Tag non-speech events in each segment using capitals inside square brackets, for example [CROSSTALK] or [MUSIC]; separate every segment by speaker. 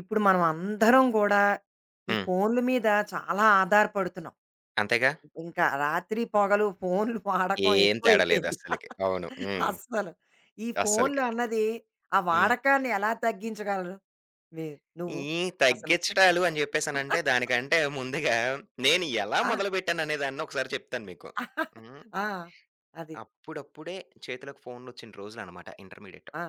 Speaker 1: ఇప్పుడు మనం అందరం కూడా ఈ
Speaker 2: హ్మ్.
Speaker 1: ఫోన్ల మీద చాలా ఆధారపడుతున్నాం.
Speaker 2: అంతేగా.
Speaker 1: ఇంకా రాత్రి పొగలు ఫోన్లు వాడకం
Speaker 2: ఏం తేడా
Speaker 1: ఎక్కువైపోయింది.
Speaker 2: లేదస్సలకి. అవును. హ్మ్.
Speaker 1: అస్సలు. ఈ ఫోన్లు
Speaker 2: అస్సలకి.
Speaker 1: అన్నది ఆ
Speaker 2: హ్మ్.
Speaker 1: వాడకాన్ని ఎలా తగ్గించగలరు? మీరు
Speaker 2: ఈ
Speaker 1: నువ్వు అసలు?
Speaker 2: తగ్గిచ్చడాలు అని జెప్పేసనంటే దానికంటే ముందుగా నేను ఎలా
Speaker 1: ఆ!
Speaker 2: మొదలుపెట్టాననే దాన్ని ఒకసారి చెప్తాను మీకు. హ్మ్.
Speaker 1: ఆ! అది.
Speaker 2: అప్పుడప్పుడే చేతులకు ఫోన్‌లొచ్చిన రోజులనమాట ఇంటర్మీడియేట్.
Speaker 1: ఆ!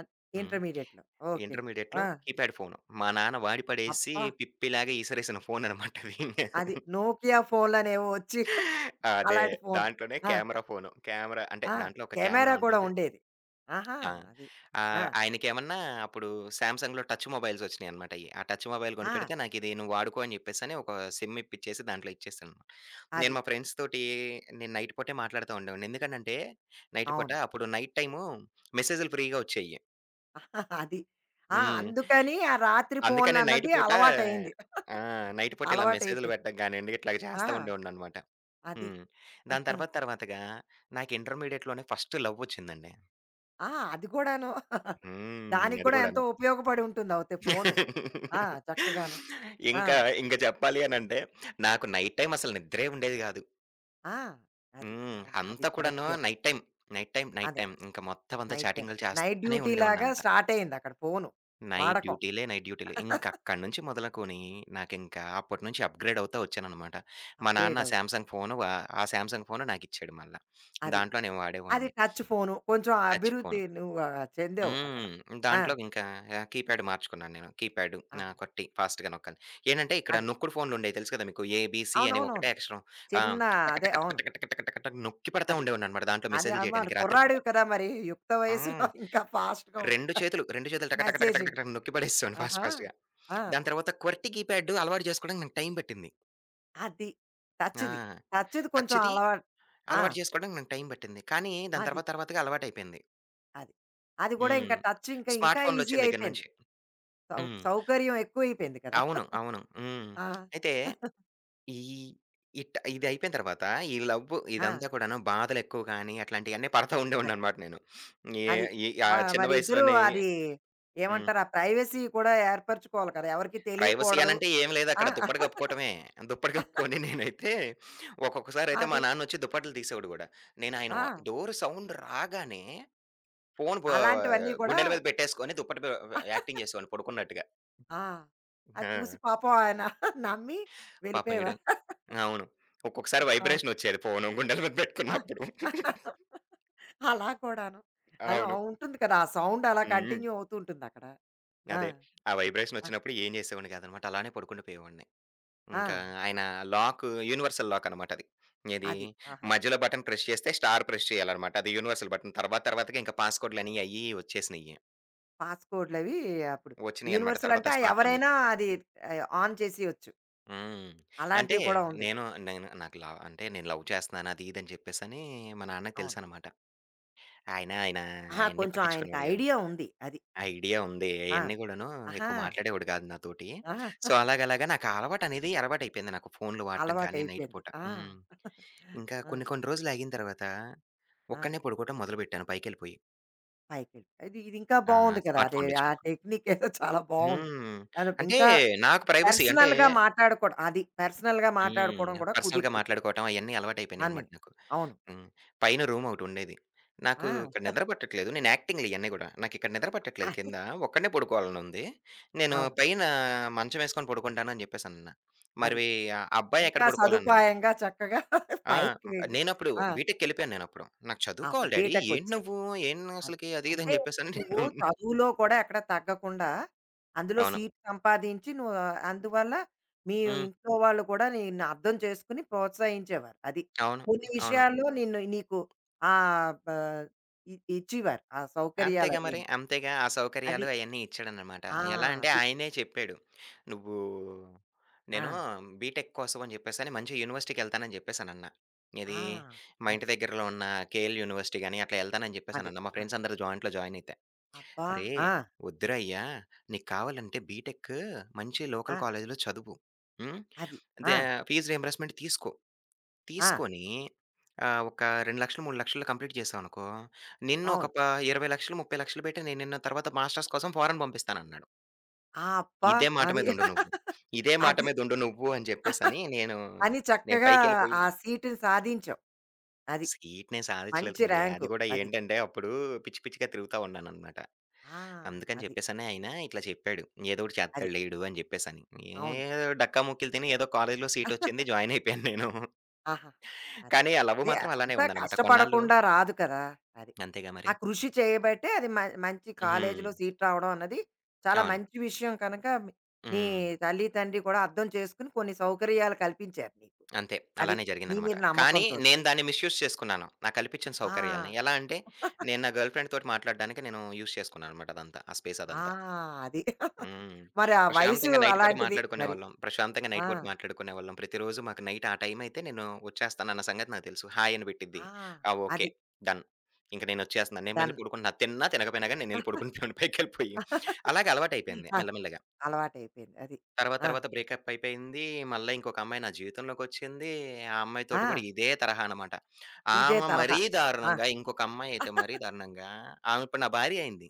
Speaker 1: అద్
Speaker 2: హ్మ్.
Speaker 1: ఇంటర్మీడియేట్‌లో. ఓకే.
Speaker 2: ఇంటర్మీడియేట్‌లో
Speaker 1: ఆ!
Speaker 2: Keypad phone. మా నాన్న వాడి పడేసి
Speaker 1: అబ్బా!
Speaker 2: పిప్పిలాగా ఈసరేసిన ఫోననమాట అది.
Speaker 1: అది 'నోకియా' ఫోన్‌లనేవో వచ్చి
Speaker 2: అదే.
Speaker 1: అలాంటి ఫోను.
Speaker 2: దాంట్లోనే
Speaker 1: ఆ!
Speaker 2: Camera phone. కెమెరా అంటే
Speaker 1: ఆ!
Speaker 2: దాంట్లో ఒక
Speaker 1: కెమెరా
Speaker 2: కెమెరా
Speaker 1: కూడా
Speaker 2: ఉండేది.
Speaker 1: ఉండేది. ఆహా!
Speaker 2: ఆ!
Speaker 1: అది. ఆ!
Speaker 2: ఆహ్, ఆయనకేమన్నా అప్పుడు సామ్‌సంగ్‌లో టచ్ మొబైల్స్ వచ్చినాయన్నమాట అయి. ఆ టచ్ మొబైల్
Speaker 1: ఆ!
Speaker 2: కొనిపెడితే నాకిది నువ్వు వాడుకో అని చెప్పేసని ఒక సిమ్ ఇప్పించేసి దాంట్లో ఇచ్చేసాననమాట. నేను
Speaker 1: అది.
Speaker 2: మా ఫ్రెండ్స్ తోటి నేను నైట్ పూటే మాట్లాడుతా ఉండేవాడిని. ఎందుకనంటే నైట్ పూట
Speaker 1: అవును.
Speaker 2: అప్పుడు నైట్ టైము మెసేజ్‌లు ఫ్రీగా వచ్చేయి.
Speaker 1: [LAUGHS] ఆహా, అది. ఆ!
Speaker 2: హ్మ్.
Speaker 1: అందుకని ఆ రాత్రి
Speaker 2: అందుకని నైట్
Speaker 1: ఫోన్‌లన్నది
Speaker 2: పూట
Speaker 1: అలవాటయింది.
Speaker 2: ఆ! నైట్ పూట ఇలా మెసేజ్‌లు
Speaker 1: అలవాటయిపోయింది.
Speaker 2: పెట్టడం గానియండి, ఇట్లా చేస్తా
Speaker 1: ఆ!
Speaker 2: ఉండేవాడిననమాట.
Speaker 1: అది.
Speaker 2: హ్మ్. దాని తర్వాత తర్వాతగా నాకు ఇంటర్మీడియేట్‌లోనే ఫస్ట్ లవ్ వచ్చిందండి.
Speaker 1: ఆ! అది కూడాను. [LAUGHS]
Speaker 2: హ్మ్.
Speaker 1: దానికి
Speaker 2: అది
Speaker 1: కూడా ఎంతో
Speaker 2: కూడాను.
Speaker 1: ఉపయోగపడి ఉంటుంది అవుతే ఫోను. ఆ! చక్కగాను. ఆ!
Speaker 2: ఇంకా, ఇంక చెప్పాలి అనంటే, నాకు నైట్ టైమ్ అసలు నిద్రే ఉండేది గాదు.
Speaker 1: ఆ! అది.
Speaker 2: హ్మ్.
Speaker 1: అవును. అది
Speaker 2: అంతా కూడాను
Speaker 1: కరెక్టే.
Speaker 2: Night time, night time, night
Speaker 1: అదే.
Speaker 2: టైమ్ ఇంక మొత్తం అంతా
Speaker 1: నైట్ టైమ్.
Speaker 2: చాటింగులు
Speaker 1: నైట్
Speaker 2: చేస్తానే
Speaker 1: డ్యూటీలాగా
Speaker 2: ఉండేవాడినంతా.
Speaker 1: స్టార్టయిందక్కడ ఫోను
Speaker 2: నైట్
Speaker 1: వాడకం.
Speaker 2: డ్యూటీలే, నైట్ డ్యూటీలే.
Speaker 1: [LAUGHS]
Speaker 2: ఇంకక్కడి నుంచి మొదలుకొని నాకింకా అప్పటినుంచి అప్‌గ్రేడ్ అవుతా ఒచ్చాననమాట. మా నాన్న ఆ
Speaker 1: అప్‌గ్రేడవుతుంది.
Speaker 2: 'శాంసంగ్' ఫోను ఆ 'శాంసంగ్' ఫోను నాకిచ్చాడు మళ్ళా.
Speaker 1: అది.
Speaker 2: దాంట్లో నేను
Speaker 1: అది
Speaker 2: వాడేవాడిని.
Speaker 1: Touch phone. కొంచెం
Speaker 2: టచ్
Speaker 1: అభివృద్ధి
Speaker 2: ఫోను.
Speaker 1: నువ్వు ఆహ్, చెందావు అక్కడ.
Speaker 2: హ్మ్.
Speaker 1: ఆ!
Speaker 2: దాంట్లో ఇంకా ఆహ్, కీప్యాడ్ మార్చుకున్నాను నేను. కీప్యాడ్ నా
Speaker 1: ఆహా!
Speaker 2: కొట్టి ఫాస్ట్‌గా నొక్కాలి. ఏంటంటే ఇక్కడ
Speaker 1: అది.
Speaker 2: నొక్కుడు ఫోన్లుండేవి తెలుసు కదా మీకు. ఏబీసీ అని ఒకటే
Speaker 1: అవునవునవును.
Speaker 2: అక్షరం. ఆ!
Speaker 1: చిన్న
Speaker 2: టక
Speaker 1: అదే
Speaker 2: టక టక
Speaker 1: అవును.
Speaker 2: టక టక టక టక టక నొక్కి పడతా
Speaker 1: అది.
Speaker 2: ఉండేవాడినన్నమాట దాంట్లో
Speaker 1: అది
Speaker 2: మెసేజ్‌లు
Speaker 1: అమ్మా!
Speaker 2: చేయడానికి రాత్రి పూట.
Speaker 1: కుర్రాడివి కదా మరి యుక్త వయసులో
Speaker 2: హ్మ్.
Speaker 1: [LAUGHS] ఇంకా ఫాస్ట్‌గా ఉంటుంది.
Speaker 2: 2 చేతులు, 2 చేతులు టక టక టక టక
Speaker 1: మెసేజింగ్.
Speaker 2: టక నొక్కి పడేసేవాడిని ఫాస్ట్
Speaker 1: ఆహా!
Speaker 2: ఫాస్ట్‌గా.
Speaker 1: ఆ!
Speaker 2: దాని తర్వాత క్వర్టీ కీప్యాడ్ అలవాటు చేసుకోవడానికి నాకు టైం పట్టింది.
Speaker 1: అది.
Speaker 2: ఆ!
Speaker 1: టచ్‌ది. టచ్‌ది కొంచెం
Speaker 2: టచ్‌ది
Speaker 1: అలవాటు. ఆ!
Speaker 2: అలవాటు చేసుకోవడానికి నాకు టైం పట్టింది. కానీ దాని
Speaker 1: అది.
Speaker 2: తర్వాత తర్వాతగా అలవాటయిపోయింది.
Speaker 1: అది. అది కూడా
Speaker 2: హ్మ్.
Speaker 1: ఇంకా టచ్ ఇంకా
Speaker 2: స్మార్ట్
Speaker 1: ఈజీ
Speaker 2: ఫోన్‌లొచ్చిన దగ్గర
Speaker 1: అయిపోయింది.
Speaker 2: నుంచి.
Speaker 1: సౌ
Speaker 2: హ్మ్.
Speaker 1: సౌకర్యం ఎక్కువైపోయింది కదా!
Speaker 2: అవును. అవును. హ్మ్.
Speaker 1: ఆ!
Speaker 2: అయితే ఈ ఇదయిపోయిన తర్వాత, ఈ లవ్వు
Speaker 1: ఆ!
Speaker 2: ఇదంతా కూడాను బాధలెక్కువ గాని, అట్లాంటియన్నీ పడతా
Speaker 1: అది.
Speaker 2: ఉండేవాడిననమాట నేను. ఏ
Speaker 1: అది.
Speaker 2: ఈ ఆ
Speaker 1: మా
Speaker 2: చిన్న
Speaker 1: మరి ఇద్దరూ
Speaker 2: వయసులోనే
Speaker 1: అది
Speaker 2: హ్మ్.
Speaker 1: ఏమంటారు? ఆ ప్రైవసీ కూడా ఏర్పరచుకోవాలి కదా! ఎవరికీ
Speaker 2: ప్రైవసీ
Speaker 1: తెలియకూడదు.
Speaker 2: అనంటే ఏం
Speaker 1: ఆ!
Speaker 2: లేదక్కడ. దుప్పటి
Speaker 1: [LAUGHS]
Speaker 2: కప్పుకోవటమే. దుప్పటి కప్పుకొని నేనైతే ఒక్కొక్కసారయితే మా
Speaker 1: అది.
Speaker 2: నాన్నొచ్చి దుప్పట్లు తీసేవాడు గూడా. నేను ఆయన
Speaker 1: ఆ!
Speaker 2: డోర్ సౌండ్ రాగానే ఫోను బా
Speaker 1: అలాంటివన్నీ కూడా
Speaker 2: గుండెల మీద పెట్టేసుకొని దుప్పటి బ యాక్టింగ్ చేసేవాడిని పడుకున్నట్టుగా.
Speaker 1: ఆ! అది చూసి
Speaker 2: ఆ!
Speaker 1: పాపం ఆయన [LAUGHS] నమ్మి
Speaker 2: పాపం ఈడు
Speaker 1: వెళ్ళిపోయేవారు.
Speaker 2: అవును. ఒక్కొక్కసారి
Speaker 1: ఆ!
Speaker 2: వైబ్రేషనొచ్చేది ఫోను గుండెల మీద
Speaker 1: ఆ!
Speaker 2: పెట్టుకున్నప్పుడు.
Speaker 1: అలా కూడాను. అది ఆ
Speaker 2: అవును.
Speaker 1: ఉంటుంది కదా! ఆ సౌండ్ అలా
Speaker 2: హ్మ్.
Speaker 1: కంటిన్యూ అవుతూ ఉంటుందక్కడ. ఆ!
Speaker 2: అదే. ఆ వైబ్రేషన్
Speaker 1: ఆ!
Speaker 2: వచ్చినప్పుడు ఏం చేసేవాడిని కాదనమాట. అలానే పడుకుండిపోయేవాడిని.
Speaker 1: ఆ!
Speaker 2: ఇంకా ఆయన లాక్ యూనివర్సల్ లాక్ అనమాట అది. ఏది
Speaker 1: అది. ఆహా!
Speaker 2: మధ్యలో బటన్ ప్రెస్ చేస్తే స్టార్ ప్రెస్ చేయాలనమాట. అది యూనివర్సల్ బటన్. తర్వాత తర్వాతగా ఇంకా పాస్‌కోడ్‌లని అయ్యి వచ్చేసినియి.
Speaker 1: పాస్‌కోడ్‌లవి అప్పుడు
Speaker 2: వచ్చినియనమాట
Speaker 1: యూనివర్సల్ అంటే
Speaker 2: తర్వాత స్మార్ట్
Speaker 1: ఎవరైనా
Speaker 2: ఫోన్‌లకి.
Speaker 1: అది ఆహ్, ఆన్ చేసేయొచ్చు.
Speaker 2: హ్మ్. అంటే
Speaker 1: అలాంటివి కూడా ఉంది.
Speaker 2: నేను నేను నాకు లవ్ అంటే నేను లవ్ చేస్తున్నాను అది ఇది అని చెప్పేసని మా నాన్నకి
Speaker 1: అవును.
Speaker 2: తెలుసనమాట. ఆయన ఆయన
Speaker 1: ఆహా!
Speaker 2: అయన్నీ
Speaker 1: కొంచెం ఆయనకి
Speaker 2: పట్టించుకునేవాడు కాదు.
Speaker 1: ఐడియా ఉంది. అది.
Speaker 2: ఐడియా ఉంది.
Speaker 1: ఆ!
Speaker 2: అయన్నీ గూడాను
Speaker 1: ఆహా!
Speaker 2: ఎక్కువ మాట్లాడేవాడు గాదు నాతోటి.
Speaker 1: ఆహా!
Speaker 2: సో, అలాగలాగా నాకు ఆ అలవాటనేది అలవాటయిపోయింది నాకు ఫోన్‌లు వాడటం కానీ నైట్
Speaker 1: అలవాటయిపోయింది.
Speaker 2: పూట.
Speaker 1: [LAUGHS] ఆ!
Speaker 2: హ్మ్. ఇంకా
Speaker 1: ఆ!
Speaker 2: కొన్ని కొన్ని రోజులాగిన తర్వాత
Speaker 1: ఆ!
Speaker 2: ఒక్కడినే పడుకోవటం మొదలుపెట్టాను పైకెళ్ళిపోయి.
Speaker 1: పైకెళ్ళి అది ఇది ఇది ఇంకా
Speaker 2: ఆ!
Speaker 1: బావుంది కదా!
Speaker 2: స్మార్ట్
Speaker 1: అదే ఆ
Speaker 2: ఫోన్‌లొచ్చినప్పుడు.
Speaker 1: టెక్నిక్ ఏదో చాలా బావుంది.
Speaker 2: హ్మ్.
Speaker 1: అది
Speaker 2: అంటే
Speaker 1: ఇంకా
Speaker 2: నాకు ప్రైవసీ అంటే
Speaker 1: పర్సనల్‌గా మాట్లాడుకోవడం. అది పర్సనల్‌గా
Speaker 2: హ్మ్.
Speaker 1: మాట్లాడుకోవడం కూడా
Speaker 2: పర్సనల్‌గా
Speaker 1: కుదురుతుంది.
Speaker 2: మాట్లాడుకోవటం అయన్నీ
Speaker 1: అన్ని.
Speaker 2: అలవాటయిపోయినాయన్నమాట నాకు.
Speaker 1: అవును.
Speaker 2: హ్మ్. పైన రూమొకటుండేది. నాకు
Speaker 1: ఆ!
Speaker 2: ఇక్కడ నిద్ర పట్టట్లేదు. నేను యాక్టింగ్‌లు ఇయన్నీ గూడా. నాకిక్కడ నిద్ర పట్టట్లేదు
Speaker 1: అది.
Speaker 2: కింద. ఒక్కడినే పడుకోవాలనుంది. నేను
Speaker 1: అవును.
Speaker 2: పైన మంచమేసుకొని పడుకుంటాను అని జెప్పేసనన్నా.
Speaker 1: అది.
Speaker 2: మరీ ఆ అబ్బాయి ఎక్కడ
Speaker 1: ఇంకా
Speaker 2: పడుకోవాలన్నాడు.
Speaker 1: సదుపాయంగా చక్కగా [LAUGHS]
Speaker 2: ఆ!
Speaker 1: పైకి వెళ్ళి
Speaker 2: నేనప్పుడు
Speaker 1: ఆ!
Speaker 2: బీటెక్‌కెళ్ళిపోయాను నేనప్పుడు. నాకు
Speaker 1: అప్పుడు
Speaker 2: చదువుకోవాలి డ్యాడీ. ఏంటి
Speaker 1: బీటెక్‌కొచ్చేసారు.
Speaker 2: నువ్వు? ఏం
Speaker 1: అది.
Speaker 2: అసలకి అది ఇది
Speaker 1: అంటే
Speaker 2: అని జెప్పేసని
Speaker 1: నువ్వు
Speaker 2: నేను
Speaker 1: చదువులో కూడా ఎక్కడ తగ్గకుండా అందులో
Speaker 2: అవును.
Speaker 1: సీట్ సంపాదించి నువ్వు ఆ, అందువల్ల మీ
Speaker 2: హ్మ్.
Speaker 1: ఇంట్లో వాళ్ళు కూడా నిన్ను అర్థం చేసుకుని ప్రోత్సహించేవారు. అది.
Speaker 2: అవును.
Speaker 1: కొన్ని
Speaker 2: అవును.
Speaker 1: విషయాల్లో నిన్ను నీకు ఆహ్, బ ఇ ఇచ్చేవారు. ఆ
Speaker 2: అంతేగా
Speaker 1: సౌకర్యాలన్నీ.
Speaker 2: మరి. అంతేగా. ఆ
Speaker 1: అది.
Speaker 2: సౌకర్యాలు అయన్నీ ఇచ్చాడనమాట.
Speaker 1: ఆ!
Speaker 2: ఎలా అంటే
Speaker 1: అది.
Speaker 2: ఆయనే చెప్పాడు. "నువ్వు
Speaker 1: ఆ!
Speaker 2: నేను బీటెక్ కోసం" అని చెప్పేసని మంచి యూనివర్సిటీకెళ్తానని జెప్పేసానన్నా.
Speaker 1: ఆ!
Speaker 2: ఏది మా
Speaker 1: అది.
Speaker 2: ఇంటి దగ్గరలో ఉన్న కేఎల్ యూనివర్సిటీ గాని అట్లా ఎళ్తానని
Speaker 1: అదే.
Speaker 2: జెప్పేసానన్నా. మా
Speaker 1: ఆ!
Speaker 2: ఫ్రెండ్స్ అందరూ జాయింట్‌లో జాయిన్ అయితే.
Speaker 1: అబ్బా!
Speaker 2: "అరేయ్!
Speaker 1: ఆ!
Speaker 2: వద్దురా అయ్యా! నీకు కావాలంటే బీటెక్ మంచి
Speaker 1: ఆ!
Speaker 2: లోకల్ కాలేజ్‌లో చదువు. హ్మ్.
Speaker 1: అది.
Speaker 2: దే
Speaker 1: ఆ!
Speaker 2: ఫీజు రీయింబర్స్‌మెంట్ తీసుకో.
Speaker 1: ఆ!
Speaker 2: తీసుకొని ఆహ్, ఒక 2,00,000, 3,00,000 కంప్లీట్ చేశావనుకో, నిన్ను ఒక
Speaker 1: అవును.
Speaker 2: ప 20,00,000, 30,00,000 పెట్టి నేను నిన్ను తర్వాత మాస్టర్స్ కోసం ఫారెన్ పంపిస్తానన్నాడు.
Speaker 1: ఆ! అబ్బా!
Speaker 2: ఇదే మాట
Speaker 1: అది.
Speaker 2: మీదుండు నువ్వు.
Speaker 1: [LAUGHS]
Speaker 2: ఇదే మాట
Speaker 1: అది.
Speaker 2: మీదుండు నువ్వు అని చెప్పేసని నేను,
Speaker 1: అని
Speaker 2: నేను
Speaker 1: చక్కగా
Speaker 2: పైకెళ్ళిపోయి
Speaker 1: ఆ సీటుని సాధించావు. అది.
Speaker 2: సీట్ నేను
Speaker 1: మంచి
Speaker 2: సాధించలేదండి. అది
Speaker 1: ర్యాంకు.
Speaker 2: కూడా
Speaker 1: అది.
Speaker 2: ఏంటంటే అప్పుడు పిచ్చి పిచ్చిగా తిరుగుతా ఉన్నాననమాట.
Speaker 1: ఆ!
Speaker 2: అందుకని
Speaker 1: అది.
Speaker 2: చెప్పేసని ఆయన ఇట్లా చెప్పాడు. "ఏదో ఒకటి
Speaker 1: అది.
Speaker 2: చేస్తాడులే ఈడు" అని చెప్పేసని.
Speaker 1: అవును.
Speaker 2: ఏదో డక్కా ముక్కీలు తిని ఏదో కాలేజ్‌లో సీటొచ్చింది.
Speaker 1: [LAUGHS]
Speaker 2: జాయిన్ అయిపోయాను నేను.
Speaker 1: ఆహా! అది.
Speaker 2: కానీ ఆ లవ్
Speaker 1: అదే
Speaker 2: మాత్రం అలానే
Speaker 1: అంతా
Speaker 2: ఉందనమాట. కొన్నాళ్ళు
Speaker 1: కష్టపడకుండా రాదు కదా! అది.
Speaker 2: అంతేగా మరి.
Speaker 1: ఆ కృషి చేయబట్టే అది మ మంచి
Speaker 2: హుహు.
Speaker 1: కాలేజీలో సీట్ రావడం అన్నది చాలా
Speaker 2: అవును.
Speaker 1: మంచి విషయం కనుక మీ- నీ
Speaker 2: హ్మ్.
Speaker 1: తల్లి, తండ్రి కూడా అర్థం చేసుకొని కొన్ని సౌకర్యాలు కల్పించారు నీకు.
Speaker 2: అంతే.
Speaker 1: అది.
Speaker 2: అలానే
Speaker 1: నీ
Speaker 2: జరిగిందనమాట.
Speaker 1: మీద
Speaker 2: కానీ
Speaker 1: నమ్మకంతోటి.
Speaker 2: నేను దాన్ని మిస్‌యూజ్ చేసుకున్నాను. నాకు కల్పించిన
Speaker 1: ఆ!
Speaker 2: సౌకర్యాలని. ఎలా అంటే, నేను నా గర్ల్ ఫ్రెండ్‌తోటి మాట్లాడడానికి నేను యూజ్ చేసుకున్నాననమాట అదంతా. ఆ స్పేస్
Speaker 1: ఆ!
Speaker 2: అదంతా.
Speaker 1: అది. [LAUGHS]
Speaker 2: హ్మ్.
Speaker 1: మరి ఆ వయసు
Speaker 2: ప్రశాంతంగా నైట్ పూట
Speaker 1: అలాంటిది మరి.
Speaker 2: మాట్లాడుకునేవాళ్ళం. ప్రశాంతంగా
Speaker 1: ఆ!
Speaker 2: నైట్ పూట మాట్లాడుకునేవాళ్ళం. ప్రతిరోజు మాకు నైట్ ఆ టైమయితే నేను వచ్చేస్తానన్న సంగతి నాకు తెలుసు. హాయ్ అని పెట్టిద్ది.
Speaker 1: ఆ!
Speaker 2: ఆ!
Speaker 1: అది.
Speaker 2: ఓకే. డన్. ఇంక నేనొచ్చేస్తున్నాను. నేను వెళ్లి
Speaker 1: దాన్ని
Speaker 2: పడుకుంటున్నా. తిన్నా, తినకపోయినా గాని నేనెళ్లి పడుకుంటాను పైకెళ్ళిపోయి. అలాగే అలవాటయిపోయింది
Speaker 1: ఆ!
Speaker 2: మెల్లమెల్లగా.
Speaker 1: అలవాటయిపోయింది అది.
Speaker 2: తర్వాత
Speaker 1: ఆ!
Speaker 2: తర్వాత బ్రేకప్ అయిపోయింది. మళ్ళా ఇంకొక అమ్మాయి నా జీవితంలోకొచ్చింది. ఆ అమ్మాయితోటి
Speaker 1: ఆ!
Speaker 2: కూడా ఇదే తరహా అనమాట.
Speaker 1: ఇదే
Speaker 2: ఆమె
Speaker 1: తరహా.
Speaker 2: మరీ
Speaker 1: ఆ!
Speaker 2: దారుణంగా ఇంకొక అమ్మాయయితే మరీ దారుణంగా ఆమె ఇప్పుడు నా భార్య అయింది.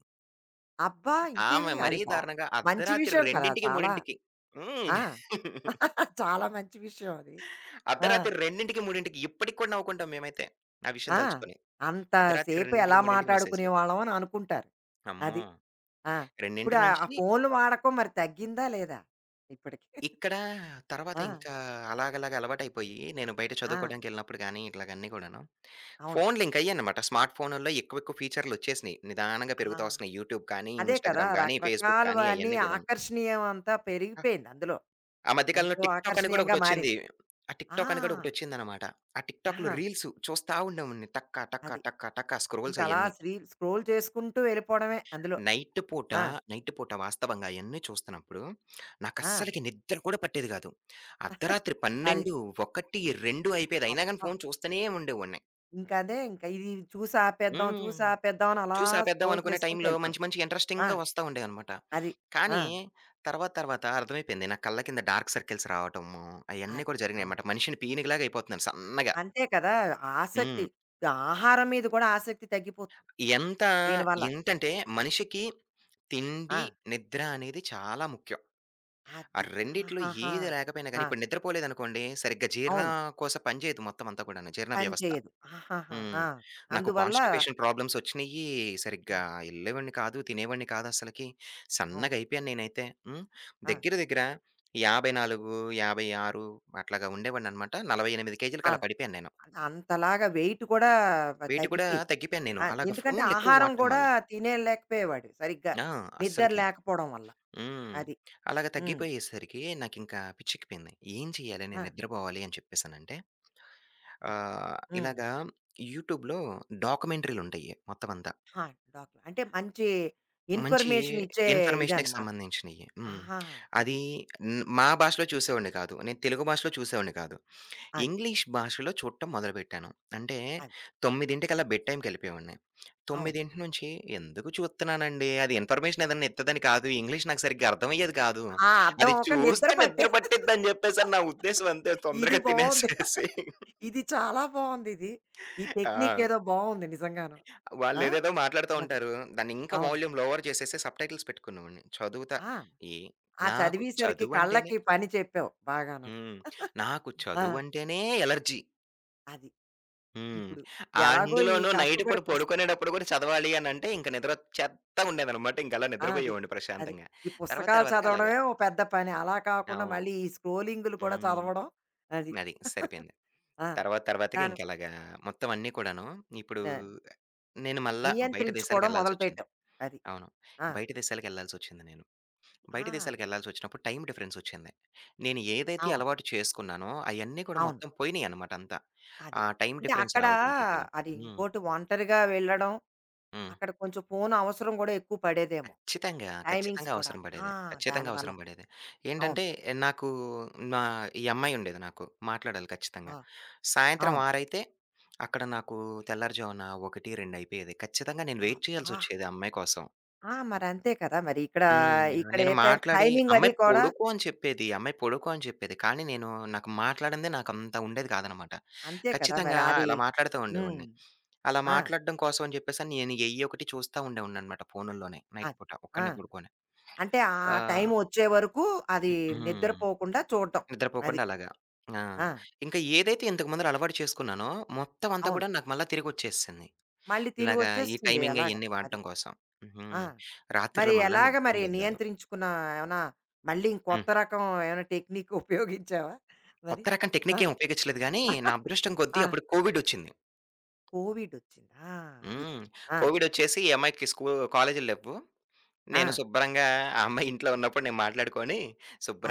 Speaker 1: అబ్బా! ఇంకేమి
Speaker 2: ఆమె మరీ
Speaker 1: అది బా
Speaker 2: దారుణంగా
Speaker 1: మంచి
Speaker 2: అర్ధరాత్రి
Speaker 1: విషయం
Speaker 2: 2:00కి,
Speaker 1: కదా! చాలా
Speaker 2: 3:00కి హ్మ్.
Speaker 1: ఆ! [LAUGHS] చాలా మంచి విషయం అది. ఆ!
Speaker 2: అర్ధరాత్రి 2:00కి, 3:00కి ఇప్పటికి కూడా నవ్వుకుంటాం మేమైతే. ఆ విషయం
Speaker 1: ఆ!
Speaker 2: తలుచుకొని.
Speaker 1: అంత
Speaker 2: అర్ధరాత్రి
Speaker 1: సేపు
Speaker 2: 2:00కి,
Speaker 1: ఎలా
Speaker 2: 3:00కి మెసేజ్‌లు.
Speaker 1: మాటాడుకునేవాళ్ళం అని అనుకుంటారు.
Speaker 2: అమ్మో!
Speaker 1: అది. ఆ!
Speaker 2: 2
Speaker 1: ఇప్పుడు
Speaker 2: నుంచి
Speaker 1: ఆ ఫోన్లు వాడకం మరి తగ్గిందా లేదా ఇప్పటికి?
Speaker 2: ఇక్కడ తర్వాత
Speaker 1: ఆ!
Speaker 2: ఇంకా అలాగలాగా అలవాటయిపోయి నేను బయట
Speaker 1: ఆ!
Speaker 2: చదువుకోవడానికెళ్ళినప్పుడు గాని ఇట్లాగ అన్నీ కూడాను
Speaker 1: అవును.
Speaker 2: ఫోన్లు ఇంకయ్యన్నమాట. స్మార్ట్ ఫోనుల్లో ఎక్కువెక్కువ ఫీచర్‌లొచ్చేసినియి. నిదానంగా
Speaker 1: ఆ!
Speaker 2: పెరుగుతా వస్తున్నాయి. యూట్యూబ్ కానీ,
Speaker 1: అదే కదా!
Speaker 2: ఇన్‌స్టాగ్రామ్ గానీ, ఫేస్‌బుక్ కానీ
Speaker 1: రకరకాలవన్నీ
Speaker 2: అయన్నీ కూడాను.
Speaker 1: ఆకర్షణీయం అంతా
Speaker 2: ఆ!
Speaker 1: పెరిగిపోయింది అందులో.
Speaker 2: ఆ మధ్య కాలంలో
Speaker 1: ఎంతో
Speaker 2: టిక్‌టాక్ అని గూడా
Speaker 1: ఆకర్షణీయంగా
Speaker 2: ఒకటొచ్చింది.
Speaker 1: మారింది.
Speaker 2: ఆ
Speaker 1: ఆ!
Speaker 2: టిక్‌టాక్ అని గూడా ఒకటొచ్చిందనమాట. ఆ టిక్‌టాక్‌లో
Speaker 1: ఆ!
Speaker 2: రీల్స్ చూస్తా ఉండేవాడిని. టక్క,
Speaker 1: అది.
Speaker 2: టక్క, టక్క, టక్క స్క్రోల్స్
Speaker 1: ఇంకలా
Speaker 2: అయన్నీ.
Speaker 1: స్రీ స్క్రోల్ చేసుకుంటూ వెళ్ళిపోవడమే అందులో.
Speaker 2: నైట్ పూట,
Speaker 1: ఆ!
Speaker 2: నైట్ పూట వాస్తవంగా అయన్నీ చూస్తున్నప్పుడు
Speaker 1: ఆ!
Speaker 2: నాకస్సలకి నిద్ర కూడా పట్టేది గాదు. అర్ధరాత్రి
Speaker 1: అది.
Speaker 2: 12, 1, 2 అయిపోయేది. అయినా గాని
Speaker 1: అబ్బా!
Speaker 2: ఫోను చూస్తూనే ఉండేవాడిని.
Speaker 1: ఇంకదే ఇంక ఇది చూసి ఆపేద్దాం, చూసి
Speaker 2: హ్మ్.
Speaker 1: ఆపేద్దాం అని అలా
Speaker 2: చూసి ఆపేద్దాం
Speaker 1: స్క్రోల్
Speaker 2: అనుకునే
Speaker 1: చేసుకుంటూ
Speaker 2: టైంలో
Speaker 1: వెళ్ళిపోవడం.
Speaker 2: మంచి మంచి
Speaker 1: ఆ!
Speaker 2: ఇంట్రెస్టింగ్‌గా వస్తా ఉండేవనమాట.
Speaker 1: అది. ఆ!
Speaker 2: కానీ తర్వాత తర్వాత అర్థమైపోయింది. నా కళ్ళ కింద డార్క్ సర్కిల్స్ రావటము, అయన్నీ
Speaker 1: అది.
Speaker 2: కూడా
Speaker 1: అవును.
Speaker 2: జరిగినాయన్నమాట. మనిషిని పీనుగులాగా అయిపోతున్నాను సన్నగా.
Speaker 1: అంతే కదా! ఆసక్తి.
Speaker 2: హ్మ్.
Speaker 1: ఇప్పుడు ఆహారం మీద కూడా ఆసక్తి తగ్గిపోతుంది
Speaker 2: ఎంత
Speaker 1: దీనివల్ల.
Speaker 2: ఏంటంటే మనిషికి
Speaker 1: ఆ!
Speaker 2: తిండి, నిద్ర అనేది చాలా ముఖ్యం. ఆ
Speaker 1: అది.
Speaker 2: రెండిట్లో
Speaker 1: ఆహాహా!
Speaker 2: ఏది లేకపోయినా గాని
Speaker 1: ఆ!
Speaker 2: ఇప్పుడు నిద్రపోలేదనుకోండి సరిగ్గా జీర్ణ
Speaker 1: అవును.
Speaker 2: కోసం పనిచేయదు మొత్తం అంతా కూడాను జీర్ణ
Speaker 1: పని
Speaker 2: వ్యవస్థ.
Speaker 1: చేయదు. ఆహాహా!
Speaker 2: హ్మ్.
Speaker 1: ఆ!
Speaker 2: నాకు
Speaker 1: అందువల్ల
Speaker 2: కాన్‌స్టిపేషన్ ప్రాబ్లమ్స్ ఒచ్చినియ్యి. సరిగ్గా
Speaker 1: హ్మ్.
Speaker 2: ఎళ్ళేవాడిని కాదు. తినేవాడిని కాదు అసలకి.
Speaker 1: అవును.
Speaker 2: సన్నగయిపోయాను నేనైతే. హ్మ్.
Speaker 1: ఆ!
Speaker 2: దగ్గర దగ్గర 54, 56 అట్లాగా ఉండేవాడిననమాట. 48
Speaker 1: ఆ!
Speaker 2: కేజీలకి అలా పడిపోయాను నేను.
Speaker 1: అంతలాగా వెయిట్ కూడా
Speaker 2: వెయిట్ కూడా
Speaker 1: తగ్గిపోయింది.
Speaker 2: తగ్గిపోయాను నేను.
Speaker 1: ఆ!
Speaker 2: అలాగా
Speaker 1: ఎందుకంటే
Speaker 2: ఫోన్‌లెక్కువ
Speaker 1: ఆహారం
Speaker 2: వాడటం
Speaker 1: కూడా
Speaker 2: వల్ల.
Speaker 1: తినేలేకపోయేవాడు సరిగ్గా.
Speaker 2: ఆ!
Speaker 1: నిద్ర
Speaker 2: అస్సలకి.
Speaker 1: లేకపోవడం వల్ల.
Speaker 2: హ్మ్.
Speaker 1: అది.
Speaker 2: అలాగ
Speaker 1: హ్మ్.
Speaker 2: తగ్గిపోయేసరికి నాకింకా పిచ్చెక్కిపోయింది. ఏం చేయాలి?
Speaker 1: ఆ!
Speaker 2: నేను నిద్రపోవాలి అని చెప్పేసనంటే
Speaker 1: అప్
Speaker 2: ఆహ్,
Speaker 1: హ్మ్.
Speaker 2: ఇలాగా యూట్యూబ్‌లో డాక్యుమెంటరీలుంటయి మొత్తమంతా.
Speaker 1: ఆ! డాక్టర్. అంటే మంచి
Speaker 2: మంచి
Speaker 1: ఇన్ఫర్మేషన్ ఇచ్చే
Speaker 2: ఇన్ఫర్మేషన్‌కి
Speaker 1: ఇదనమాట.
Speaker 2: సంబంధించినియి. హ్మ్.
Speaker 1: ఆహాహా!
Speaker 2: అది
Speaker 1: అది.
Speaker 2: హ్మ్, మా భాషలో చూసేవాడిని కాదు. నేను తెలుగు భాషలో చూసేవాడిని కాదు.
Speaker 1: అది.
Speaker 2: ఇంగ్లీష్ భాషలో చూడటం మొదలుపెట్టాను. అంటే
Speaker 1: అది.
Speaker 2: 9:00కల్లా బెడ్ టైమ్‌కెళ్ళిపోయేవాడిని.
Speaker 1: అవును.
Speaker 2: 9:00 నుంచి ఎందుకు చూస్తున్నానండి? అది ఇన్ఫర్మేషన్ ఏదన్నా ఇత్తదని కాదు. ఇంగ్లీష్ నాకు సరిగ్గా అర్థమయ్యేది కాదు.
Speaker 1: ఆ! అర్థం
Speaker 2: అది
Speaker 1: అవ్వక నిద్ర
Speaker 2: చూస్తే
Speaker 1: పట్టే
Speaker 2: నిద్ర పట్టిద్దని చెప్పేసని నా ఉద్దేశ్యం అంతే.
Speaker 1: ఇది
Speaker 2: తొందరగా
Speaker 1: బావుంది.
Speaker 2: తినేసేసి
Speaker 1: ఇది చాలా బావుందిది. ఈ టెక్నిక్
Speaker 2: ఆ!
Speaker 1: ఏదో బావుంది నిజంగాను. ఆ!
Speaker 2: వాళ్ళేదేదో మాట్లాడుతా
Speaker 1: అది.
Speaker 2: ఉంటారు. దాన్నింకా
Speaker 1: అవును.
Speaker 2: వోల్యూమ్ లోవర్ చేసేసి సబ్‌టైటిల్స్ పెట్టుకునేవాడిని. చదువుతా
Speaker 1: ఆ!
Speaker 2: ఏ
Speaker 1: ఆ
Speaker 2: నాకు
Speaker 1: చదివేసరికి
Speaker 2: చదువంటేనే
Speaker 1: కళ్ళకి పని చెప్పావు బాగాను.
Speaker 2: హ్మ్. నాకు
Speaker 1: ఆ!
Speaker 2: చదువంటేనే ఎలర్జీ.
Speaker 1: అది.
Speaker 2: హ్మ్.
Speaker 1: ఇప్పుడు ఎలాగో ఈ
Speaker 2: అందులోనూ నైట్ పూట
Speaker 1: కష్టపడి పుస్
Speaker 2: పడుకునేటప్పుడు కూడా చదవాలి అనంటే ఇంక నిద్రొచ్చేత్తా ఉండేదనమాట. ఇంకలా
Speaker 1: ఆ! అది.
Speaker 2: నిద్రపోయేవాడిని
Speaker 1: అది.
Speaker 2: ప్రశాంతంగా.
Speaker 1: ఈ
Speaker 2: తర్వాత
Speaker 1: పుస్తకాలు
Speaker 2: తర్వాతగా అలాగా
Speaker 1: చదవడమే ఓ పెద్ద పని. అలా కాకుండా
Speaker 2: అవును.
Speaker 1: మళ్ళీ ఈ స్క్రోలింగులు కూడా
Speaker 2: హ్మ్.
Speaker 1: చదవడం అది.
Speaker 2: అది
Speaker 1: [LAUGHS]
Speaker 2: సరిపోయింది.
Speaker 1: ఆ!
Speaker 2: తర్వాత తర్వాతగా
Speaker 1: దాని
Speaker 2: ఇంకలాగా మొత్తం అన్నీ కూడాను ఇప్పుడు
Speaker 1: న
Speaker 2: నేను మళ్ళా బయట
Speaker 1: నియంత్రించుకోవడం
Speaker 2: దేశాలకెళ్ళాల్సొచ్చింది.
Speaker 1: మొదలుపెట్టావు. అది.
Speaker 2: అవును.
Speaker 1: ఆ!
Speaker 2: బయట దేశాలకెళ్ళాల్సొచ్చింది నేను. బయట
Speaker 1: ఆ!
Speaker 2: దేశాలకెళ్ళాల్సొచ్చినప్పుడు టైం డిఫరెన్సొచ్చింది. నేను ఏదైతే
Speaker 1: అవును.
Speaker 2: అలవాటు చేసుకున్నానో, అయన్నీ కూడా
Speaker 1: అవును.
Speaker 2: మొత్తం పోయినియనమాట అంతా.
Speaker 1: అది.
Speaker 2: ఆ టైం
Speaker 1: అంటే
Speaker 2: డిఫరెన్స్
Speaker 1: అక్కడ
Speaker 2: రావడంతోటి.
Speaker 1: అది
Speaker 2: హ్మ్.
Speaker 1: ఇంకోటి ఒంటరిగా వెళ్ళడం,
Speaker 2: హ్మ్.
Speaker 1: అక్కడ కొంచెం ఫోను అవసరం గూడా ఎక్కువ పడేదేమో.
Speaker 2: ఖచ్చితంగా.
Speaker 1: టైమింగ్స్
Speaker 2: ఖచ్చితంగా
Speaker 1: కూడా.
Speaker 2: అవసరం
Speaker 1: ఆ!
Speaker 2: పడేది. ఖచ్చితంగా
Speaker 1: దానివల్ల.
Speaker 2: అవసరం పడేది.
Speaker 1: అవును.
Speaker 2: ఏంటంటే, నాకు నా ఈ అమ్మాయుండేది నాకు. మాట్లాడాలి ఖచ్చితంగా.
Speaker 1: ఆ!
Speaker 2: సాయంత్రం
Speaker 1: అవును.
Speaker 2: 6 అయితే, అక్కడ నాకు తెల్లారుజామున 1, 2 అయిపోయేది. ఖచ్చితంగా నేను వెయిట్
Speaker 1: అబ్బా!
Speaker 2: చేయాల్సొచ్చేది ఆ అమ్మాయి కోసం.
Speaker 1: ఆ! మరంతే కదా! మరి ఇక్కడ,
Speaker 2: హ్మ్.
Speaker 1: ఇక్కడ ఏ
Speaker 2: నేను
Speaker 1: టైం
Speaker 2: మాట్లాడి
Speaker 1: టైమింగ్ అది
Speaker 2: అమ్మాయి
Speaker 1: కూడా
Speaker 2: పొడుపు అని చెప్పేది. అమ్మాయి పొడుపు అని చెప్పేది. కానీ నేను నాకు మాట్లాడిందే నాకంత ఉండేది కాదనమాట.
Speaker 1: అంతే కదా! మరి
Speaker 2: ఖచ్చితంగా
Speaker 1: అది.
Speaker 2: అలా మాట్లాడుతూ
Speaker 1: హ్మ్.
Speaker 2: ఉండేవాడిని. అలా
Speaker 1: ఆ!
Speaker 2: మాట్లాడడం కోసం అని చెప్పేసని నేను ఎయ్యొకటి చూస్తా ఉండేవాడిననమాట ఫోనుల్లోనే నైట్
Speaker 1: అది.
Speaker 2: పూట
Speaker 1: ఆ!
Speaker 2: ఒక్కడినే పడుకొని.
Speaker 1: అంటే ఆ
Speaker 2: ఆహ్,
Speaker 1: టైం వచ్చే వరకు అది
Speaker 2: హ్మ్.
Speaker 1: నిద్రపోకుండా చూడటం. అది.
Speaker 2: నిద్రపోకుండా అలాగా. ఆ!
Speaker 1: ఆ!
Speaker 2: ఇంకా ఏదైతే ఇంతకు ముందల అలవాటు చేసుకున్నానో మొత్తం అంతా
Speaker 1: అవును.
Speaker 2: కూడా నాకు మళ్ళా తిరిగొచ్చేసింది.
Speaker 1: మళ్ళీ
Speaker 2: ఇలాగా ఈ
Speaker 1: తిరిగొచ్చేస్తుంది
Speaker 2: టైమింగ్
Speaker 1: అలాగా.
Speaker 2: అయన్నీ
Speaker 1: అది.
Speaker 2: వాడటం కోసం. హుహు.
Speaker 1: ఆ! మరి
Speaker 2: రాత్రిళ్ళు మళ్ళా
Speaker 1: ఎలాగ మరి
Speaker 2: నిద్రుండేది కాదు.
Speaker 1: నియంత్రించుకున్న ఏమన్నా మళ్ళీ
Speaker 2: హ్మ్.
Speaker 1: ఇంకొత్త రకం ఏమైనా టెక్నిక్ ఉపయోగించావా మరి?
Speaker 2: కొత్త రకం
Speaker 1: ఆ!
Speaker 2: టెక్నికేం ఉపయోగించలేదు గానీ, నా అదృష్టం కొద్దీ
Speaker 1: ఆ!
Speaker 2: అప్పుడు కోవిడొచ్చింది.
Speaker 1: కోవిడ్ వచ్చిందా? అది.
Speaker 2: హ్మ్.
Speaker 1: ఆ!
Speaker 2: కోవిడొచ్చేసి ఈ అమ్మాయికి కాలేజీలు లెవ్వు.
Speaker 1: ఆ!
Speaker 2: నేను శుభ్రంగా ఆ అమ్మాయి ఇంట్లో ఉన్నప్పుడు నేను మాట్లాడుకొని,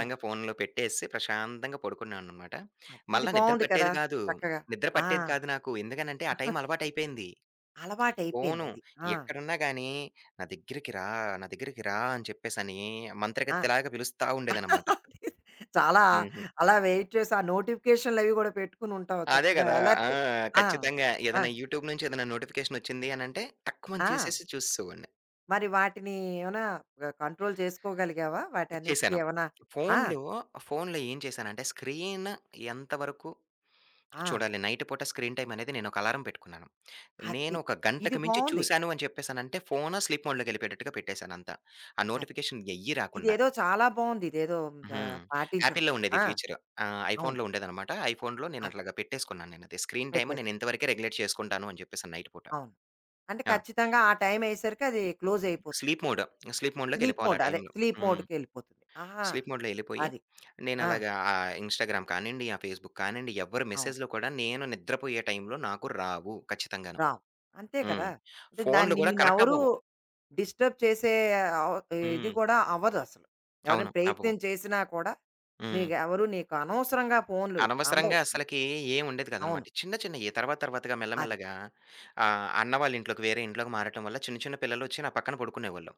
Speaker 1: అది.
Speaker 2: ఫోన్‌లో పెట్టేసి ప్రశాంతంగా పడుకున్నాననమాట.
Speaker 1: అది. ఇది
Speaker 2: మళ్ళా నిద్ర
Speaker 1: బావుంది కదా!
Speaker 2: పట్టేది కాదు.
Speaker 1: చక్కగా.
Speaker 2: నిద్ర
Speaker 1: ఆ!
Speaker 2: పట్టేది కాదు నాకు. ఎందుకనంటే, ఆ టైం అలవాటయిపోయింది.
Speaker 1: అలవాటయిపోయింది
Speaker 2: ఫోను
Speaker 1: అది. ఆ!
Speaker 2: ఎక్కడున్నా గానీ, "నా దగ్గరికి రా, నా దగ్గరికి రా" అని చెప్పేసని
Speaker 1: ఆ!
Speaker 2: మంత్రగతిలాగా పిలుస్తా ఉండేదనమాట.
Speaker 1: [LAUGHS] చాలా
Speaker 2: హ్మ్.
Speaker 1: అలా వెయిట్ చేసి, ఆ నోటిఫికేషన్‌లవి గూడా పెట్టుకుని ఉంటావు
Speaker 2: అదే
Speaker 1: చక్కగా
Speaker 2: గదా! ఆ!
Speaker 1: అలర్ట్. ఆ!
Speaker 2: ఖచ్చితంగా.
Speaker 1: ఆ!
Speaker 2: ఏదైనా యూట్యూబ్ నుంచి ఏదైనా నోటిఫికేషన్ వచ్చింది అనంటే టక్కుమని
Speaker 1: ఆ!
Speaker 2: తీసేసి చూసేసేవాడిని.
Speaker 1: మరి వాటిని ఏమైనా ఆహ్, కంట్రోల్ చేసుకోగలిగావా? వాటన్నిటికి
Speaker 2: చేశాను.
Speaker 1: ఏమైనా ఆ!
Speaker 2: ఫోన్‌లో, ఫోన్‌లో ఏం చేశానంటే ఎంతవరకు
Speaker 1: ఆ!
Speaker 2: చూడాలి? నైట్ పూట స్క్రీన్ టైమ్ అనేది నేను ఒక అలారం పెట్టుకున్నాను. నేను
Speaker 1: అది.
Speaker 2: ఒక
Speaker 1: ఇది
Speaker 2: గంటకు మించి
Speaker 1: బావుంది.
Speaker 2: చూశాను అని చెప్పేసానంటే ఫోను స్లీప్ మోడ్‌లోకి ఎళ్ళిపోయేటట్టుగా పెట్టేశాను అంతా. ఆ
Speaker 1: అది.
Speaker 2: నోటిఫికేషన్ ఎయ్యి రాకుండా.
Speaker 1: ఇదేదో చాలా బావుంది. ఇదేదో ఆహ్,
Speaker 2: హ్మ్.
Speaker 1: పాటించడం.
Speaker 2: యాపిల్‌లో ఉండేది
Speaker 1: ఆ!
Speaker 2: ఫీచరు. ఆ!
Speaker 1: అవును.
Speaker 2: ఐఫోన్‌లో ఉండేదనమాట. ఐఫోన్‌లో నేను
Speaker 1: అది.
Speaker 2: అట్లాగా పెట్టేసుకున్నాను నేనది. స్క్రీన్ టైమ్ నేను
Speaker 1: పెట్టేసుకు
Speaker 2: ఇంతవరకే రెగ్యులేట్ చేసుకుంటాను అని చెప్పేసి నైట్ పూట.
Speaker 1: అవును. అంటే
Speaker 2: ఆ!
Speaker 1: ఖచ్చితంగా ఆ టైం అయ్యేసరికి అది క్లోజ్ అయిపోతుంది.
Speaker 2: Sleep mode. స్లీప్
Speaker 1: స్లీప్
Speaker 2: మోడ్‌లోకెళ్ళిపోవాలి
Speaker 1: మోడ్.
Speaker 2: ఆ
Speaker 1: అదే
Speaker 2: టైంలో.
Speaker 1: స్లీప్
Speaker 2: హ్మ్.
Speaker 1: మోడ్‌కెళ్ళిపోతుంది. ఆహా!
Speaker 2: స్లీప్ మోడ్‌లో ఎళ్ళిపోయి,
Speaker 1: అది. ఆ!
Speaker 2: నేనలాగా ఆ ఇన్‌స్టాగ్రామ్ కానియండి, ఆ ఫేస్‌బుక్ కానియండి, ఎవ్వరు
Speaker 1: అవును.
Speaker 2: మెసేజ్‌లు కూడా నేను నిద్రపోయే టైంలో నాకు రావు ఖచ్చితంగాను.
Speaker 1: రావు. అంతే
Speaker 2: హ్మ్.
Speaker 1: కదా! అంటే
Speaker 2: ఫోన్‌లు
Speaker 1: దాన్ని
Speaker 2: గూడా కనెక్ట్
Speaker 1: నిన్నెవరు
Speaker 2: అవ్వవు.
Speaker 1: డిస్టర్బ్ చేసే అవ ఇది
Speaker 2: హ్మ్.
Speaker 1: కూడా అవ్వదసలు. ఎవరైనా
Speaker 2: అవును. అవ్వవు.
Speaker 1: ప్రయత్నం చేసినా కూడా
Speaker 2: హ్మ్.
Speaker 1: నీకెవరు నీకు అనవసరంగా ఫోన్‌లు అందవు
Speaker 2: అనవసరంగా
Speaker 1: నీకు.
Speaker 2: అసలకి ఏం ఉండేది
Speaker 1: అవును.
Speaker 2: కాదనమాట. చిన్న చిన్నయి తర్వాత తర్వాతగా మెల్ల
Speaker 1: అది.
Speaker 2: మెల్లగా ఆహ్, అన్న వాళ్ళ ఇంట్లోకి వేరే ఇంట్లోకి మారటం వల్ల చిన్న చిన్న పిల్లలొచ్చి నా పక్కన పడుకునేవాళ్ళు.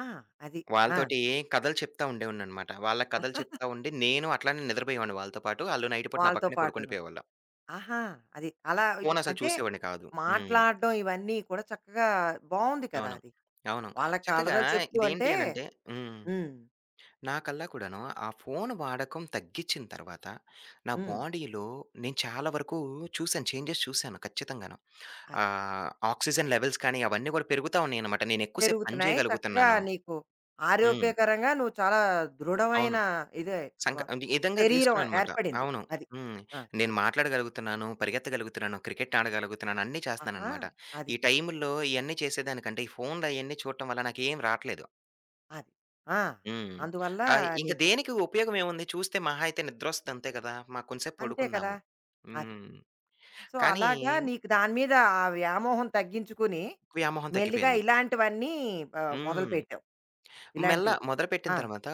Speaker 1: ఆ! అది. ఆ!
Speaker 2: వాళ్ళతోటి కథలు చెప్తా ఉండేవాడిననమాట. వాళ్ళ కథలు చెప్తా ఉండి, నేను అట్లానే నిద్రపోయేవాడిని వాళ్ళతో పాటు. ఆళ్ళు నైట్ పూట నా
Speaker 1: వాళ్ళతో
Speaker 2: పక్కనే
Speaker 1: పాటును.
Speaker 2: పడుకుండిపోయేవాళ్ళు.
Speaker 1: ఆహా! అది. అలా ఇ
Speaker 2: ఫోను అసలు
Speaker 1: అంటే
Speaker 2: చూసేవాడిని కాదు. హ్మ్.
Speaker 1: మాట్లాడడం ఇవన్నీ కూడా చక్కగా బావుంది కదా!
Speaker 2: అవును.
Speaker 1: అది.
Speaker 2: అవును.
Speaker 1: వాళ్ళకి
Speaker 2: చక్కగా
Speaker 1: కలదలు చెప్తూ
Speaker 2: ఇదేంటి
Speaker 1: అంటే
Speaker 2: అనంటే హ్మ్.
Speaker 1: హ్మ్.
Speaker 2: నా కల్లా కూడాను ఆ ఫోను వాడకం తగ్గిచ్చిన తర్వాత, నా
Speaker 1: హ్మ్.
Speaker 2: బాడీలో నేను చాలా వరకు చూసాను. చేంజెస్ చూసాను ఖచ్చితంగాను.
Speaker 1: అది.
Speaker 2: ఆహ్, ఆక్సిజన్ లెవెల్స్ కానీ అవన్నీ గూడా పెరుగుతా ఉన్నాయనమాట. నేనెక్కువ సేపు పని
Speaker 1: పెరుగుతున్నాయి. చక్కగా
Speaker 2: జేయగలుగుతున్నాను.
Speaker 1: నీకు
Speaker 2: హ్మ్.
Speaker 1: ఆరోగ్యకరంగా నువ్వు చాలా దృఢమైన
Speaker 2: అవును.
Speaker 1: ఇదే వ
Speaker 2: సంక ఈ విధంగా
Speaker 1: శరీరం
Speaker 2: తీసుకున్నాననమాట.
Speaker 1: ఏర్పడింది.
Speaker 2: అవును.
Speaker 1: అది.
Speaker 2: హ్మ్.
Speaker 1: ఆ!
Speaker 2: నేను మాట్లాడగలుగుతున్నాను, పరిగెత్తగలుగుతున్నాను, క్రికెట్ ఆడగలుగుతున్నాను, అన్నీ
Speaker 1: ఆహా!
Speaker 2: చేస్తున్నాననమాట.
Speaker 1: అది.
Speaker 2: ఈ టైముల్లో ఇయన్నీ చేసేదానికంటే, ఈ ఫోన్‌లయన్నీ చూడటం వల్ల నాకేం రాట్లేదు.
Speaker 1: అది. ఆ!
Speaker 2: హ్మ్.
Speaker 1: అందువల్ల
Speaker 2: ఆహ్, ఇంక
Speaker 1: నీకు
Speaker 2: దేనికి ఉపయోగం ఏముంది? చూస్తే మహా అయితే నిద్రొస్తది అంతే కదా! మా కొంసేపు
Speaker 1: అంతే కదా!
Speaker 2: పడుకుందాము.
Speaker 1: అది.
Speaker 2: హ్మ్.
Speaker 1: సో,
Speaker 2: కానీ
Speaker 1: అలాగా నీకు దాని మీద ఆ వ్యామోహం తగ్గించుకుని,
Speaker 2: వ్యామోహం
Speaker 1: మెల్లిగా
Speaker 2: తగ్గిపోయింది.
Speaker 1: ఇలాంటివన్నీ ఆహ్,
Speaker 2: హ్మ్.
Speaker 1: మొదలుపెట్టావు.
Speaker 2: మెల్ల
Speaker 1: ఇలాంటియి.
Speaker 2: మొదలుపెట్టిన
Speaker 1: ఆ!
Speaker 2: తర్వాత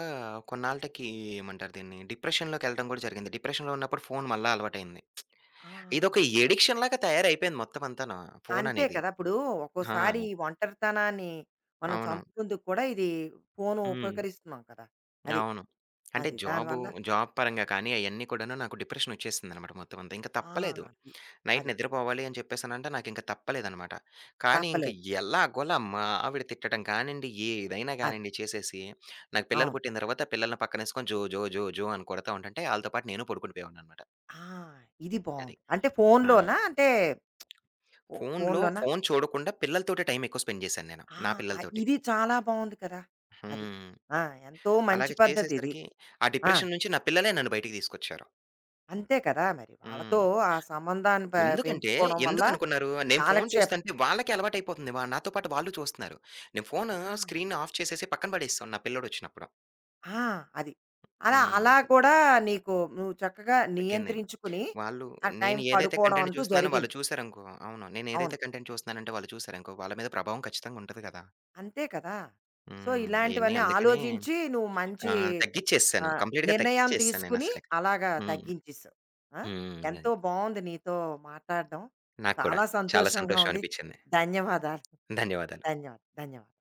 Speaker 2: కొన్నాళ్ళకి ఏమంటారు దీన్ని, డిప్రెషన్‌లోకెళ్ళడం గూడా జరిగింది. డిప్రెషన్‌లో ఉన్నప్పుడు ఫోన్ మళ్ళా అలవాటయింది.
Speaker 1: ఆ!
Speaker 2: ఇదొక
Speaker 1: అది కూడా.
Speaker 2: ఎడిక్షన్ లాగా తయారైపోయింది మొత్తం అంతాను.
Speaker 1: అంతే
Speaker 2: ఫోననేది.
Speaker 1: కదా! ఇప్పుడు
Speaker 2: ఆ!
Speaker 1: ఒక్కోసారి ఈ ఒంటరితనాన్ని మనం
Speaker 2: అవును.
Speaker 1: చంపుకుందుకు కూడా ఇది ఫోను
Speaker 2: హ్మ్.
Speaker 1: ఉపకరిస్తున్నాం కదా! అది.
Speaker 2: అవును. అంటే
Speaker 1: అది.
Speaker 2: జాబు,
Speaker 1: దానివల్ల
Speaker 2: జాబ్ పరంగా కానీ అయన్నీ కూడాను నాకు డిప్రెషనొచ్చేసిందనమాట మొత్తం అంతా. ఇంక
Speaker 1: ఆ!
Speaker 2: తప్పలేదు.
Speaker 1: అది.
Speaker 2: నైట్
Speaker 1: అది.
Speaker 2: నిద్రపోవాలి అని చెప్పేసనంటే నాకింక తప్పలేదనమాట. కానీ ఇంక
Speaker 1: తప్పలేదు.
Speaker 2: ఎలాగోలా మా ఆవిడ తిట్టడం కానియండి, ఏదైనా
Speaker 1: అది.
Speaker 2: గానియండి చేసేసి, నాకు పిల్లలు
Speaker 1: అవును.
Speaker 2: పుట్టిన తర్వాత పిల్లల్ని పక్కనేసుకొని జో, జో, జో, జో అని కొడతా ఉంటంటే ఆళ్ళతో పాటు నేను పడుకుండి పోయేవాడిననమాట.
Speaker 1: ఆ! ఇది
Speaker 2: అది.
Speaker 1: బావుంది. అంటే
Speaker 2: ఆ!
Speaker 1: ఫోనులోనా? అంటే ఫో
Speaker 2: ఫోనులో
Speaker 1: ఫోనులోనా?
Speaker 2: ఫోను చూడకుండా పిల్లలతోటే టైం ఎక్కువ స్పెండ్ జేశాను నేను.
Speaker 1: ఆ!
Speaker 2: నా
Speaker 1: ఆహ్,
Speaker 2: పిల్లలతోటి.
Speaker 1: ఇది చాలా బావుంది కదా! అది.
Speaker 2: హ్మ్.
Speaker 1: ఆ! ఎంతో
Speaker 2: అలాగ
Speaker 1: మంచి పద్ధతిది.
Speaker 2: చేసేసరికి ఆ
Speaker 1: ఆ!
Speaker 2: డిప్రెషన్ నుంచి నా పిల్లలే నన్ను బయటికి తీసుకొచ్చారు.
Speaker 1: అంతే కదా! మరి వాళ్ళతో
Speaker 2: హ్మ్.
Speaker 1: ఆ సంబంధాన్ని పె
Speaker 2: ఎందుకంటే
Speaker 1: పెంచుకోవడం వల్ల
Speaker 2: ఎందుకనుకున్నారు? నేను ఫోను
Speaker 1: కాలక్షేపం.
Speaker 2: చూస్తంటే వాళ్ళకి అలవాటైపోతుంది. నాతో పాటు వాళ్ళు చూస్తున్నారు. నేను ఫోను
Speaker 1: ఆ!
Speaker 2: స్క్రీన్ ఆఫ్ చేసేసి పక్కన పడేస్తాను నా పిల్లోడొచ్చినప్పుడు.
Speaker 1: ఆ! అది. అలా
Speaker 2: హ్మ్.
Speaker 1: అలా కూడా నీకు నువ్వు చక్కగా
Speaker 2: తగ్గింది.
Speaker 1: నియంత్రించుకుని,
Speaker 2: వాళ్ళు
Speaker 1: ఆ
Speaker 2: నేను
Speaker 1: టైంకి
Speaker 2: ఏదైతే
Speaker 1: పడుకోవడం
Speaker 2: కంటెంట్
Speaker 1: అంటూ
Speaker 2: చూస్తున్నానో వాళ్ళు
Speaker 1: జరిగింది.
Speaker 2: చూసారనుకో అవును. నేను
Speaker 1: అవును.
Speaker 2: ఏదైతే కంటెంట్ చూస్తున్నానంటే వాళ్ళు చూసారనుకో వాళ్ళ మీద ప్రభావం ఖచ్చితంగా ఉంటది కదా!
Speaker 1: అంతే కదా! సో,
Speaker 2: హ్మ్. అయన్నీ
Speaker 1: ఇలాంటివన్నీ
Speaker 2: అందుకనే
Speaker 1: ఆలోచించి నువ్వు మంచి
Speaker 2: ఆహ్, తగ్గిచ్చేసాను.
Speaker 1: ఆహ్,
Speaker 2: కంప్లీట్‌గా
Speaker 1: నిర్ణయం
Speaker 2: తగ్గిచ్చేసాను
Speaker 1: తీసుకుని
Speaker 2: నేనసలకి.
Speaker 1: అలాగా
Speaker 2: హ్మ్.
Speaker 1: తగ్గించేసావు. ఆ!
Speaker 2: హ్మ్.
Speaker 1: ఎంతో
Speaker 2: అది.
Speaker 1: బావుంది నీతో మాట్లాడడం.
Speaker 2: నాకు కూడా
Speaker 1: చాలా
Speaker 2: చాలా
Speaker 1: సంతోషంగా
Speaker 2: సంతోషం
Speaker 1: ఉంది.
Speaker 2: అనిపిచ్చింది.
Speaker 1: ధన్యవాదాలు.
Speaker 2: ధన్యవాదాలు.
Speaker 1: ధన్యవాదాలు. ధన్యవాదాలు.